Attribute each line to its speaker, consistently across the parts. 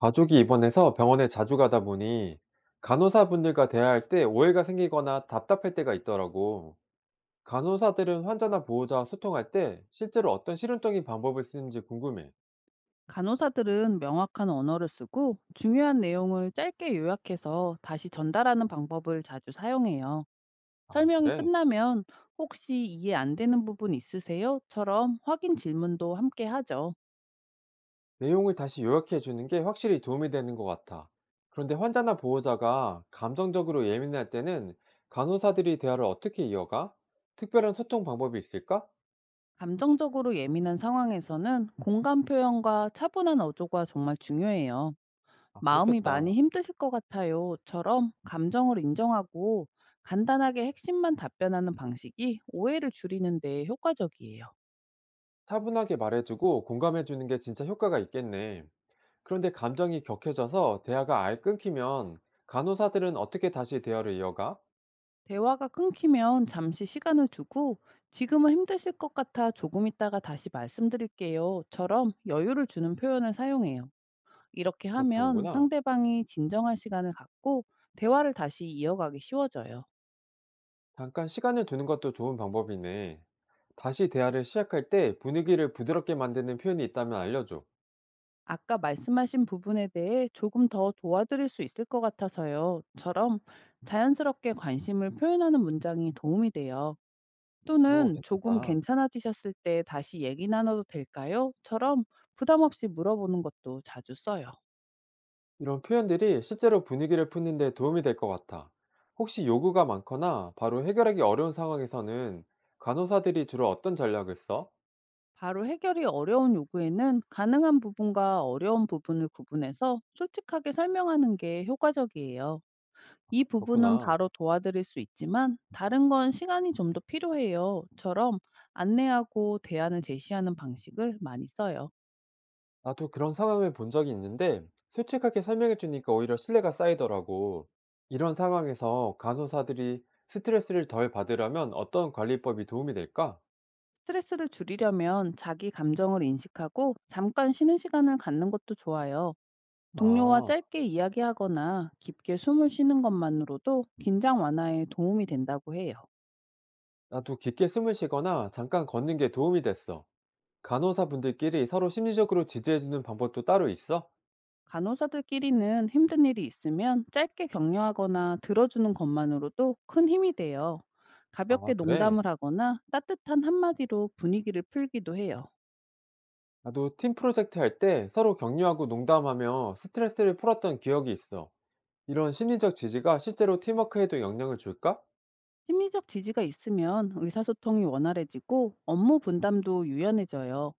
Speaker 1: 가족이 입원해서 병원에 자주 가다 보니 간호사분들과 대화할 때 오해가 생기거나 답답할 때가 있더라고. 간호사들은 환자나 보호자와 소통할 때 실제로 어떤 실용적인 방법을 쓰는지 궁금해.
Speaker 2: 간호사들은 명확한 언어를 쓰고 중요한 내용을 짧게 요약해서 다시 전달하는 방법을 자주 사용해요.
Speaker 1: 아,
Speaker 2: 설명이
Speaker 1: 그래?
Speaker 2: 끝나면 혹시 이해 안 되는 부분 있으세요?처럼 확인 질문도 함께 하죠.
Speaker 1: 내용을 다시 요약해 주는 게 확실히 도움이 되는 것 같아. 그런데 환자나 보호자가 감정적으로 예민할 때는 간호사들이 대화를 어떻게 이어가? 특별한 소통 방법이 있을까?
Speaker 2: 감정적으로 예민한 상황에서는 공감 표현과 차분한 어조가 정말 중요해요.
Speaker 1: 아,
Speaker 2: 마음이
Speaker 1: 그렇겠다.
Speaker 2: 많이 힘드실 것 같아요.처럼 감정을 인정하고 간단하게 핵심만 답변하는 방식이 오해를 줄이는 데 효과적이에요.
Speaker 1: 차분하게 말해주고 공감해 주는 게 진짜 효과가 있겠네. 그런데 감정이 격해져서 대화가 아예 끊기면 간호사들은 어떻게 다시 대화를 이어가?
Speaker 2: 대화가 끊기면 잠시 시간을 두고 지금은 힘드실 것 같아 조금 있다가 다시 말씀드릴게요.처럼 여유를 주는 표현을 사용해요. 이렇게
Speaker 1: 그렇게
Speaker 2: 하면
Speaker 1: 하는구나.
Speaker 2: 상대방이 진정한 시간을 갖고 대화를 다시 이어가기 쉬워져요.
Speaker 1: 잠깐 시간을 두는 것도 좋은 방법이네. 다시 대화를 시작할 때 분위기를 부드럽게 만드는 표현이 있다면 알려줘.
Speaker 2: 아까 말씀하신 부분에 대해 조금 더 도와드릴 수 있을 것 같아서요.처럼 자연스럽게 관심을 표현하는 문장이 도움이 돼요.
Speaker 1: 그런 거
Speaker 2: 또는 "조금
Speaker 1: 괜찮다.
Speaker 2: 괜찮아지셨을 때 다시 얘기 나눠도 될까요?"처럼 부담 없이 물어보는 것도 자주 써요.
Speaker 1: 이런 표현들이 실제로 분위기를 푸는 데 도움이 될 것 같아. 혹시 요구가 많거나 바로 해결하기 어려운 상황에서는 간호사들이 주로 어떤 전략을 써?
Speaker 2: 바로 해결이 어려운 요구에는 가능한 부분과 어려운 부분을 구분해서 솔직하게 설명하는 게 효과적이에요. "이 부분은
Speaker 1: 그렇구나.
Speaker 2: 바로 도와드릴 수 있지만 다른 건 시간이 좀 더 필요해요."처럼 안내하고 대안을 제시하는 방식을 많이 써요.
Speaker 1: 나도 그런 상황을 본 적이 있는데 솔직하게 설명해 주니까 오히려 신뢰가 쌓이더라고. 이런 상황에서 간호사들이 스트레스를 덜 받으려면 어떤 관리법이 도움이 될까?
Speaker 2: 스트레스를 줄이려면 자기 감정을 인식하고 잠깐 쉬는 시간을 갖는 것도 좋아요. 동료와
Speaker 1: 아,
Speaker 2: 짧게 이야기하거나 깊게 숨을 쉬는 것만으로도 긴장 완화에 도움이 된다고 해요.
Speaker 1: 나도 깊게 숨을 쉬거나 잠깐 걷는 게 도움이 됐어. 간호사분들끼리 서로 심리적으로 지지해주는 방법도 따로 있어?
Speaker 2: 간호사들끼리는 힘든 일이 있으면 짧게 격려하거나 들어주는 것만으로도 큰 힘이 돼요.
Speaker 1: 아,
Speaker 2: 가볍게
Speaker 1: 그래.
Speaker 2: 농담을 하거나 따뜻한 한마디로 분위기를 풀기도 해요.
Speaker 1: 나도 팀 프로젝트 할 때 서로 격려하고 농담하며 스트레스를 풀었던 기억이 있어. 이런 심리적 지지가 실제로 팀워크에도 영향을 줄까?
Speaker 2: 심리적 지지가 있으면 의사소통이 원활해지고 업무 분담도 유연해져요.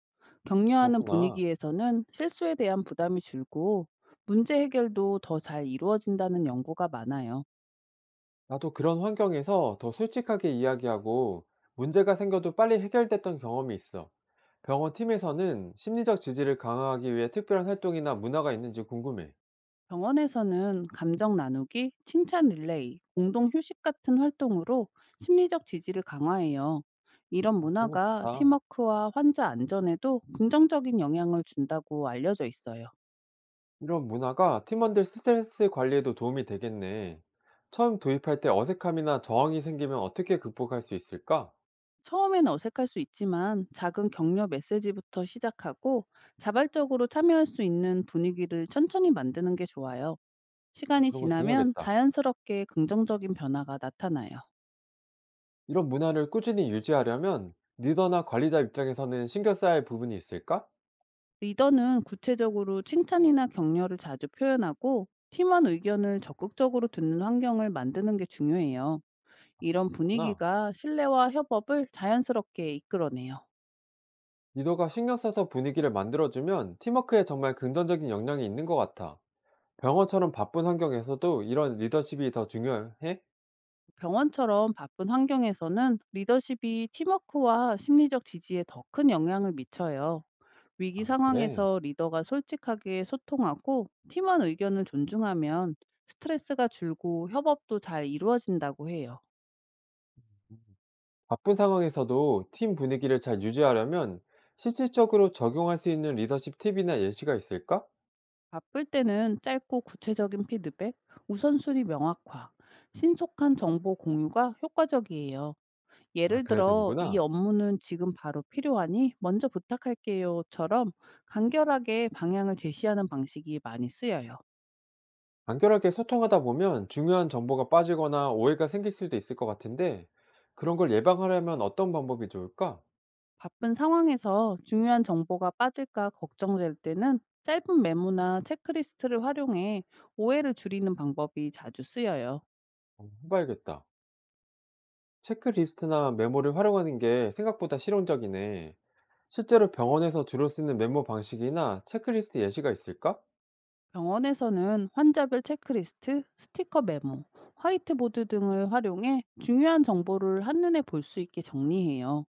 Speaker 2: 격려하는
Speaker 1: 그렇구나.
Speaker 2: 분위기에서는 실수에 대한 부담이 줄고 문제 해결도 더 잘 이루어진다는 연구가 많아요.
Speaker 1: 나도 그런 환경에서 더 솔직하게 이야기하고 문제가 생겨도 빨리 해결됐던 경험이 있어. 병원 팀에서는 심리적 지지를 강화하기 위해 특별한 활동이나 문화가 있는지 궁금해.
Speaker 2: 병원에서는 감정 나누기, 칭찬 릴레이, 공동 휴식 같은 활동으로 심리적 지지를 강화해요. 이런
Speaker 1: 아, 그런 거
Speaker 2: 문화가
Speaker 1: 좋다.
Speaker 2: 팀워크와 환자 안전에도 긍정적인 영향을 준다고 알려져 있어요.
Speaker 1: 이런 문화가 팀원들 스트레스 관리에도 도움이 되겠네. 처음 도입할 때 어색함이나 저항이 생기면 어떻게 극복할 수 있을까?
Speaker 2: 처음에는 어색할 수 있지만 작은 격려 메시지부터 시작하고 자발적으로 참여할 수 있는 분위기를 천천히 만드는 게 좋아요.
Speaker 1: 아,
Speaker 2: 시간이
Speaker 1: 그런 거
Speaker 2: 지나면
Speaker 1: 중요하겠다.
Speaker 2: 자연스럽게 긍정적인 변화가 나타나요.
Speaker 1: 이런 문화를 꾸준히 유지하려면 리더나 관리자 입장에서는 신경 써야 할 부분이 있을까?
Speaker 2: 리더는 구체적으로 칭찬이나 격려를 자주 표현하고 팀원 의견을 적극적으로 듣는 환경을 만드는 게 중요해요. 이런
Speaker 1: 그렇구나.
Speaker 2: 분위기가 신뢰와 협업을 자연스럽게 이끌어내요.
Speaker 1: 리더가 신경 써서 분위기를 만들어주면 팀워크에 정말 긍정적인 영향이 있는 것 같아. 병원처럼 바쁜 환경에서도 이런 리더십이 더 중요해?
Speaker 2: 병원처럼 바쁜 환경에서는 리더십이 팀워크와 심리적 지지에 더 큰 영향을 미쳐요. 위기
Speaker 1: 그래.
Speaker 2: 상황에서 리더가 솔직하게 소통하고 팀원 의견을 존중하면 스트레스가 줄고 협업도 잘 이루어진다고 해요.
Speaker 1: 바쁜 상황에서도 팀 분위기를 잘 유지하려면 실질적으로 적용할 수 있는 리더십 팁이나 예시가 있을까?
Speaker 2: 바쁠 때는 짧고 구체적인 피드백, 우선순위 명확화, 신속한 정보 공유가 효과적이에요.
Speaker 1: 아,
Speaker 2: 예를
Speaker 1: 그래야
Speaker 2: 들어
Speaker 1: 되는구나.
Speaker 2: "이 업무는 지금 바로 필요하니 먼저 부탁할게요."처럼 간결하게 방향을 제시하는 방식이 많이 쓰여요.
Speaker 1: 간결하게 소통하다 보면 중요한 정보가 빠지거나 오해가 생길 수도 있을 것 같은데 그런 걸 예방하려면 어떤 방법이 좋을까?
Speaker 2: 바쁜 상황에서 중요한 정보가 빠질까 걱정될 때는 짧은 메모나 체크리스트를 활용해 오해를 줄이는 방법이 자주 쓰여요.
Speaker 1: 어, 해봐야겠다. 체크리스트나 메모를 활용하는 게 생각보다 실용적이네. 실제로 병원에서 주로 쓰는 메모 방식이나 체크리스트 예시가 있을까?
Speaker 2: 병원에서는 환자별 체크리스트, 스티커 메모, 화이트보드 등을 활용해 중요한 정보를 한눈에 볼 수 있게 정리해요.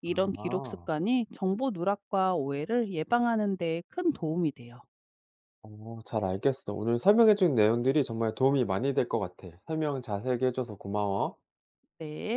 Speaker 2: 이런 기록
Speaker 1: 아,
Speaker 2: 습관이 정보 누락과 오해를 예방하는 데 큰 도움이 돼요.
Speaker 1: 잘 알겠어. 오늘 설명해준 내용들이 정말 도움이 많이 될 것 같아. 설명 자세하게 해줘서 고마워.
Speaker 2: 네.